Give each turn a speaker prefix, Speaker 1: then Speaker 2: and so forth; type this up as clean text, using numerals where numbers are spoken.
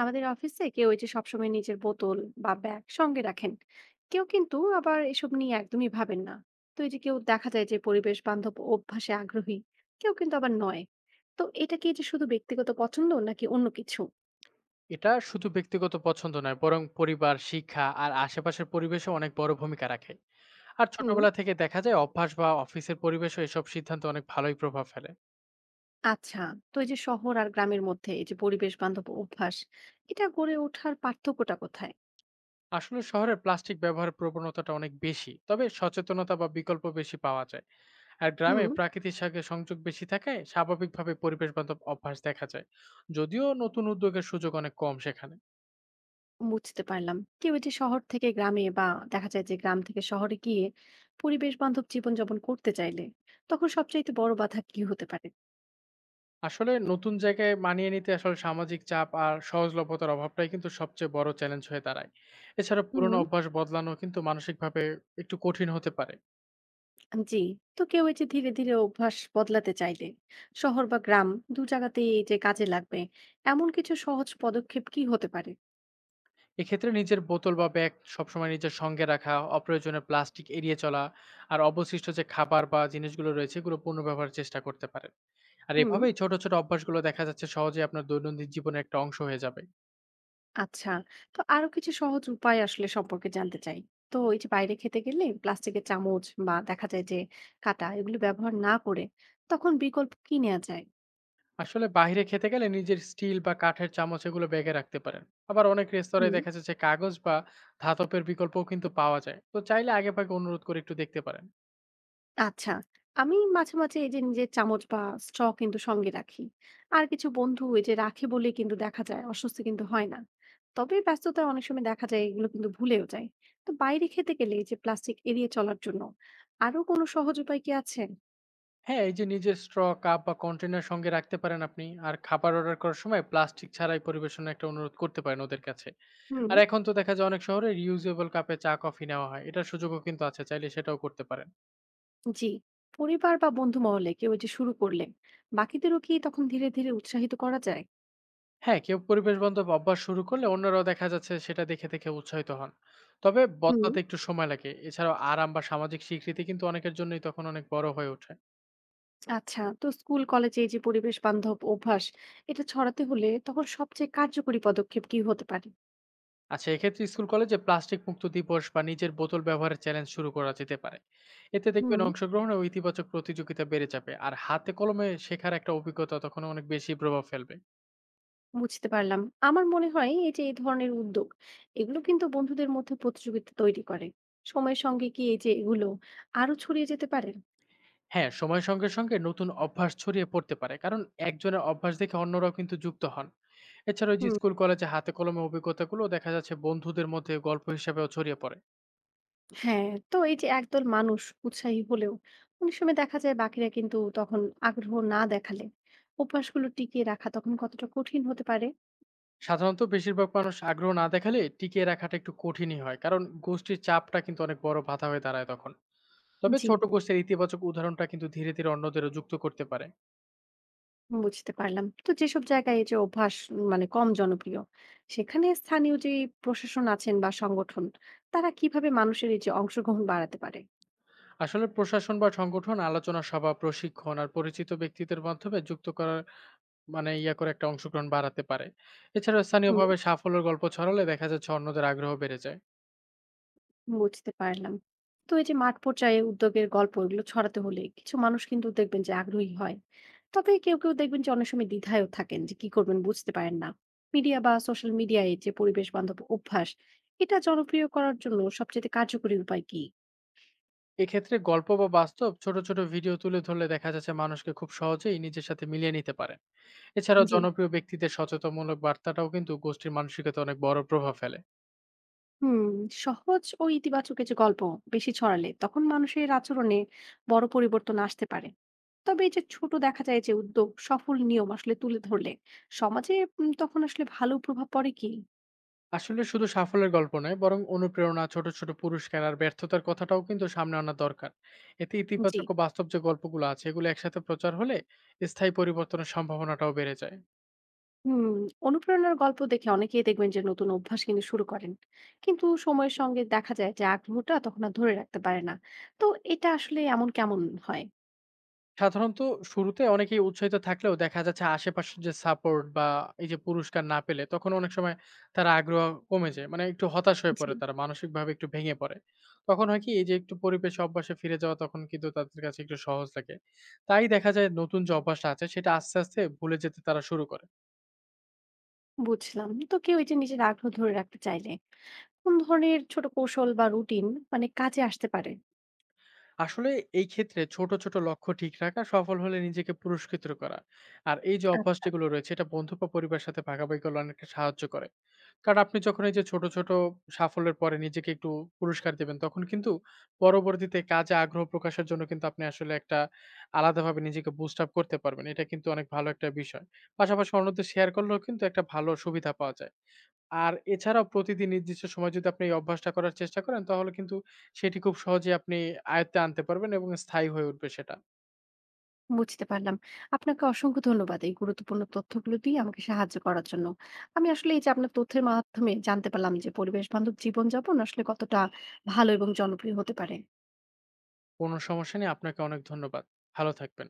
Speaker 1: আমাদের অফিসে কেউ এই যে সবসময় নিজের বোতল বা ব্যাগ সঙ্গে রাখেন, কেউ কিন্তু আবার এসব নিয়ে একদমই ভাবেন না। তো এই যে কেউ দেখা যায় যে পরিবেশ বান্ধব অভ্যাসে আগ্রহী, কেউ কিন্তু আবার নয়। তো এটা কি যে শুধু ব্যক্তিগত পছন্দ নাকি অন্য কিছু?
Speaker 2: এটা শুধু ব্যক্তিগত পছন্দ নয় বরং পরিবার, শিক্ষা আর আশেপাশের পরিবেশও অনেক বড় ভূমিকা রাখে। আর
Speaker 1: হুম,
Speaker 2: ছোটবেলা থেকে দেখা যায় অভ্যাস বা অফিসের পরিবেশও এসব সিদ্ধান্তে অনেক ভালোই প্রভাব ফেলে।
Speaker 1: আচ্ছা। তো এই যে শহর আর গ্রামের মধ্যে এই যে পরিবেশ বান্ধব অভ্যাস, এটা গড়ে ওঠার পার্থক্যটা কোথায়?
Speaker 2: আসলে শহরে প্লাস্টিক ব্যবহারের প্রবণতাটা অনেক বেশি, তবে সচেতনতা বা বিকল্প বেশি পাওয়া যায়। আর
Speaker 1: হুম,
Speaker 2: গ্রামে প্রকৃতির সঙ্গে সংযোগ বেশি থাকায় স্বাভাবিকভাবে পরিবেশবান্ধব অভ্যাস দেখা যায়। যদিও নতুন উদ্যোগের সুযোগ অনেক কম সেখানে।
Speaker 1: বুঝতে পারলাম। কেউ এই যে শহর থেকে গ্রামে বা দেখা যায় যে গ্রাম থেকে শহরে গিয়ে পরিবেশ বান্ধব জীবনযাপন করতে চাইলে তখন সবচাইতে বড় বাধা কি হতে পারে?
Speaker 2: আসলে নতুন জায়গায় মানিয়ে নিতে আসলে সামাজিক চাপ আর সহজলভ্যতার অভাবটাই কিন্তু সবচেয়ে বড় চ্যালেঞ্জ হয়ে দাঁড়ায়। এছাড়া পুরনো
Speaker 1: হুম,
Speaker 2: অভ্যাস বদলানো কিন্তু মানসিকভাবে একটু কঠিন হতে পারে।
Speaker 1: জি। তো কেউ এই যে ধীরে ধীরে অভ্যাস বদলাতে চাইলে শহর বা গ্রাম ২ জায়গাতেই এই যে কাজে লাগবে এমন কিছু সহজ পদক্ষেপ কি হতে পারে?
Speaker 2: এক্ষেত্রে নিজের বোতল বা ব্যাগ সবসময় নিজের সঙ্গে রাখা, অপ্রয়োজনীয় প্লাস্টিক এড়িয়ে চলা আর অবশিষ্ট যে খাবার বা জিনিসগুলো রয়েছে এগুলো পুনর্ব্যবহারের চেষ্টা করতে পারেন। আর
Speaker 1: হুম,
Speaker 2: এভাবেই ছোট ছোট অভ্যাসগুলো দেখা যাচ্ছে সহজে আপনার দৈনন্দিন জীবনের একটা অংশ হয়ে যাবে।
Speaker 1: আচ্ছা। তো আরো কিছু সহজ উপায় আসলে সম্পর্কে জানতে চাই। তো এই যে বাইরে খেতে গেলে প্লাস্টিকের চামচ বা দেখা যায় যে কাঁটা এগুলো ব্যবহার না করে তখন বিকল্প কি নেওয়া যায়?
Speaker 2: আসলে বাইরে খেতে গেলে নিজের স্টিল বা কাঠের চামচ এগুলো ব্যাগে রাখতে পারেন। আবার অনেক রেস্তোরাঁয়
Speaker 1: হুম,
Speaker 2: দেখা যাচ্ছে যে কাগজ বা ধাতবের বিকল্পও কিন্তু পাওয়া যায়, তো চাইলে আগে ভাগে অনুরোধ করে একটু দেখতে পারেন।
Speaker 1: আচ্ছা। আমি মাঝে, মাঝে এই যে নিজের চামচ বা straw কিন্তু সঙ্গে রাখি। আর কিছু বন্ধু এই যে রাখে বলেই কিন্তু দেখা যায় অস্বস্তি কিন্তু হয় না। তবে ব্যস্ততায় অনেক সময় দেখা যায় এগুলো কিন্তু ভুলেও যায়। তো বাইরে খেতে গেলে এই যে প্লাস্টিক এড়িয়ে চলার জন্য আরো কোনো সহজ উপায় কি আছে?
Speaker 2: হ্যাঁ, এই যে নিজের স্ট্র, কাপ বা কন্টেনার সঙ্গে রাখতে পারেন আপনি। আর খাবার অর্ডার করার সময় প্লাস্টিক ছাড়াই পরিবেশন, একটা অনুরোধ করতে পারেন ওদের কাছে।
Speaker 1: হুম।
Speaker 2: আর এখন তো দেখা যায় অনেক শহরে রিউজেবল কাপে চা কফি নেওয়া হয়, এটার সুযোগও কিন্তু আছে, চাইলে সেটাও করতে পারেন।
Speaker 1: জি। পরিবার বা বন্ধু মহলে কেউ এই যে শুরু করলে বাকিদেরও কি তখন ধীরে, ধীরে উৎসাহিত করা যায়?
Speaker 2: হ্যাঁ, কেউ পরিবেশ বান্ধব অভ্যাস শুরু করলে অন্যরাও দেখা যাচ্ছে সেটা দেখে উৎসাহিত হন। তবে
Speaker 1: হুম।
Speaker 2: বদলাতে একটু সময় লাগে। এছাড়াও আরাম বা সামাজিক স্বীকৃতি কিন্তু অনেকের জন্যই তখন অনেক বড় হয়ে ওঠে।
Speaker 1: আচ্ছা। তো স্কুল, কলেজে এই যে পরিবেশ বান্ধব অভ্যাস এটা ছড়াতে হলে তখন সবচেয়ে কার্যকরী পদক্ষেপ কি হতে পারে?
Speaker 2: আচ্ছা, এক্ষেত্রে স্কুল কলেজে প্লাস্টিক মুক্ত দিবস বা নিজের বোতল ব্যবহারের চ্যালেঞ্জ শুরু করা যেতে পারে। এতে
Speaker 1: হুম,
Speaker 2: দেখবেন অংশগ্রহণ ও ইতিবাচক প্রতিযোগিতা বেড়ে যাবে। আর হাতে কলমে শেখার একটা অভিজ্ঞতা তখন অনেক বেশি প্রভাব ফেলবে।
Speaker 1: বুঝতে পারলাম। আমার মনে হয় এই যে এই ধরনের উদ্যোগ এগুলো কিন্তু বন্ধুদের মধ্যে প্রতিযোগিতা তৈরি করে। সময়ের সঙ্গে কি এই যে এগুলো আরো ছড়িয়ে যেতে পারে?
Speaker 2: হ্যাঁ, সময়ের সঙ্গে নতুন অভ্যাস ছড়িয়ে পড়তে পারে। কারণ একজনের অভ্যাস দেখে অন্যরাও কিন্তু যুক্ত হন। এছাড়া ওই যে
Speaker 1: হুম।
Speaker 2: স্কুল, কলেজে হাতে কলমে অভিজ্ঞতাগুলো দেখা যাচ্ছে বন্ধুদের মধ্যে গল্প হিসাবেও ছড়িয়ে পড়ে।
Speaker 1: হ্যাঁ, তো এই যে একদল মানুষ উৎসাহী হলেও অনেক সময় দেখা যায় বাকিরা কিন্তু তখন আগ্রহ না দেখালে অভ্যাসগুলো টিকিয়ে রাখা তখন কতটা কঠিন হতে পারে?
Speaker 2: সাধারণত বেশিরভাগ মানুষ আগ্রহ না দেখালে টিকিয়ে রাখাটা একটু কঠিনই হয়। কারণ গোষ্ঠীর চাপটা কিন্তু অনেক বড় বাধা হয়ে দাঁড়ায় তখন। তবে
Speaker 1: জি,
Speaker 2: ছোট গোষ্ঠীর ইতিবাচক উদাহরণটা কিন্তু ধীরে অন্যদেরও যুক্ত করতে পারে।
Speaker 1: বুঝতে পারলাম। তো যেসব জায়গায় এই যে অভ্যাস মানে কম জনপ্রিয়, সেখানে স্থানীয় যে প্রশাসন আছেন বা সংগঠন, তারা কিভাবে মানুষের এই যে অংশগ্রহণ বাড়াতে পারে?
Speaker 2: আসলে প্রশাসন বা সংগঠন আলোচনা সভা, প্রশিক্ষণ আর পরিচিত ব্যক্তিদের মাধ্যমে যুক্ত করার, মানে করে একটা অংশগ্রহণ বাড়াতে পারে। এছাড়া
Speaker 1: হুম,
Speaker 2: স্থানীয়ভাবে সাফল্যের গল্প ছড়ালে দেখা যাচ্ছে অন্যদের আগ্রহ বেড়ে যায়।
Speaker 1: বুঝতে পারলাম। তো এই যে মাঠ পর্যায়ে উদ্যোগের গল্প এগুলো ছড়াতে হলে কিছু মানুষ কিন্তু দেখবেন যে আগ্রহী হয়। তবে কেউ, কেউ দেখবেন যে অনেক সময় দ্বিধায়ও থাকেন যে কি করবেন বুঝতে পারেন না। মিডিয়া বা সোশ্যাল মিডিয়ায় যে পরিবেশ বান্ধব অভ্যাস এটা জনপ্রিয় করার জন্য সবচেয়ে কার্যকরী উপায় কি?
Speaker 2: এক্ষেত্রে গল্প বা বাস্তব ছোট ভিডিও তুলে ধরলে দেখা যাচ্ছে মানুষকে খুব সহজেই নিজের সাথে মিলিয়ে নিতে পারে। এছাড়াও
Speaker 1: জি।
Speaker 2: জনপ্রিয় ব্যক্তিদের সচেতনমূলক বার্তাটাও কিন্তু গোষ্ঠীর মানসিকতায় অনেক বড় প্রভাব ফেলে।
Speaker 1: হুম, সহজ ও ইতিবাচক এই যে গল্প বেশি ছড়ালে তখন মানুষের আচরণে বড় পরিবর্তন আসতে পারে। তবে এই যে ছোট দেখা যায় যে উদ্যোগ সফল নিয়ম আসলে তুলে ধরলে সমাজে তখন আসলে ভালো প্রভাব পড়ে কি?
Speaker 2: আসলে শুধু সাফল্যের গল্প নয়, বরং অনুপ্রেরণা, ছোট পুরস্কার আর ব্যর্থতার কথাটাও কিন্তু সামনে আনা দরকার। এতে
Speaker 1: জি।
Speaker 2: ইতিবাচক ও বাস্তব যে গল্পগুলো আছে, এগুলো একসাথে প্রচার হলে স্থায়ী পরিবর্তনের সম্ভাবনাটাও বেড়ে যায়।
Speaker 1: হুম, অনুপ্রেরণার গল্প দেখে অনেকেই দেখবেন যে নতুন অভ্যাস কিন্তু শুরু করেন, কিন্তু সময়ের সঙ্গে দেখা যায় যে আগ্রহটা তখন আর ধরে রাখতে পারে না। তো এটা আসলে এমন কেমন হয়?
Speaker 2: সাধারণত শুরুতে অনেকেই উৎসাহিত থাকলেও দেখা যাচ্ছে আশেপাশের যে সাপোর্ট বা এই যে পুরস্কার না পেলে তখন অনেক সময় তার আগ্রহ কমে যায়। মানে একটু হতাশ হয়ে
Speaker 1: জি,
Speaker 2: পড়ে তারা, মানসিকভাবে একটু ভেঙে পড়ে। তখন হয় কি, এই যে একটু পরিবেশ অভ্যাসে ফিরে যাওয়া তখন কিন্তু তাদের কাছে একটু সহজ লাগে। তাই দেখা যায় নতুন যে অভ্যাসটা আছে সেটা আস্তে ভুলে যেতে তারা শুরু করে।
Speaker 1: বুঝলাম। তো কেউ এই যে নিজের আগ্রহ ধরে রাখতে চাইলে কোন ধরনের ছোট কৌশল বা রুটিন মানে কাজে আসতে পারে?
Speaker 2: আসলে এই ক্ষেত্রে ছোট লক্ষ্য ঠিক রাখা, সফল হলে নিজেকে পুরস্কৃত করা। আর এই যে
Speaker 1: আচ্ছা,
Speaker 2: অভ্যাসটিগুলো রয়েছে এটা বন্ধু বা পরিবারের সাথে ভাগাভাগি করলে অনেকটা সাহায্য করে। কারণ আপনি যখন এই যে ছোট সাফল্যের পরে নিজেকে একটু পুরস্কার দিবেন, তখন কিন্তু পরবর্তীতে কাজে আগ্রহ প্রকাশের জন্য কিন্তু আপনি আসলে একটা আলাদাভাবে নিজেকে বুস্ট আপ করতে পারবেন। এটা কিন্তু অনেক ভালো একটা বিষয়। পাশাপাশি অন্যদের শেয়ার করলেও কিন্তু একটা ভালো সুবিধা পাওয়া যায়। আর এছাড়াও প্রতিদিন নির্দিষ্ট সময় যদি আপনি এই অভ্যাসটা করার চেষ্টা করেন, তাহলে কিন্তু সেটি খুব সহজেই আপনি আয়ত্তে আনতে পারবেন এবং স্থায়ী হয়ে উঠবে সেটা।
Speaker 1: বুঝতে পারলাম। আপনাকে অসংখ্য ধন্যবাদ এই গুরুত্বপূর্ণ তথ্যগুলো দিয়ে আমাকে সাহায্য করার জন্য। আমি আসলে এই যে আপনার তথ্যের মাধ্যমে জানতে পারলাম যে পরিবেশ বান্ধব জীবনযাপন আসলে কতটা ভালো এবং জনপ্রিয় হতে পারে।
Speaker 2: কোনো সমস্যা নেই। আপনাকে অনেক ধন্যবাদ। ভালো থাকবেন।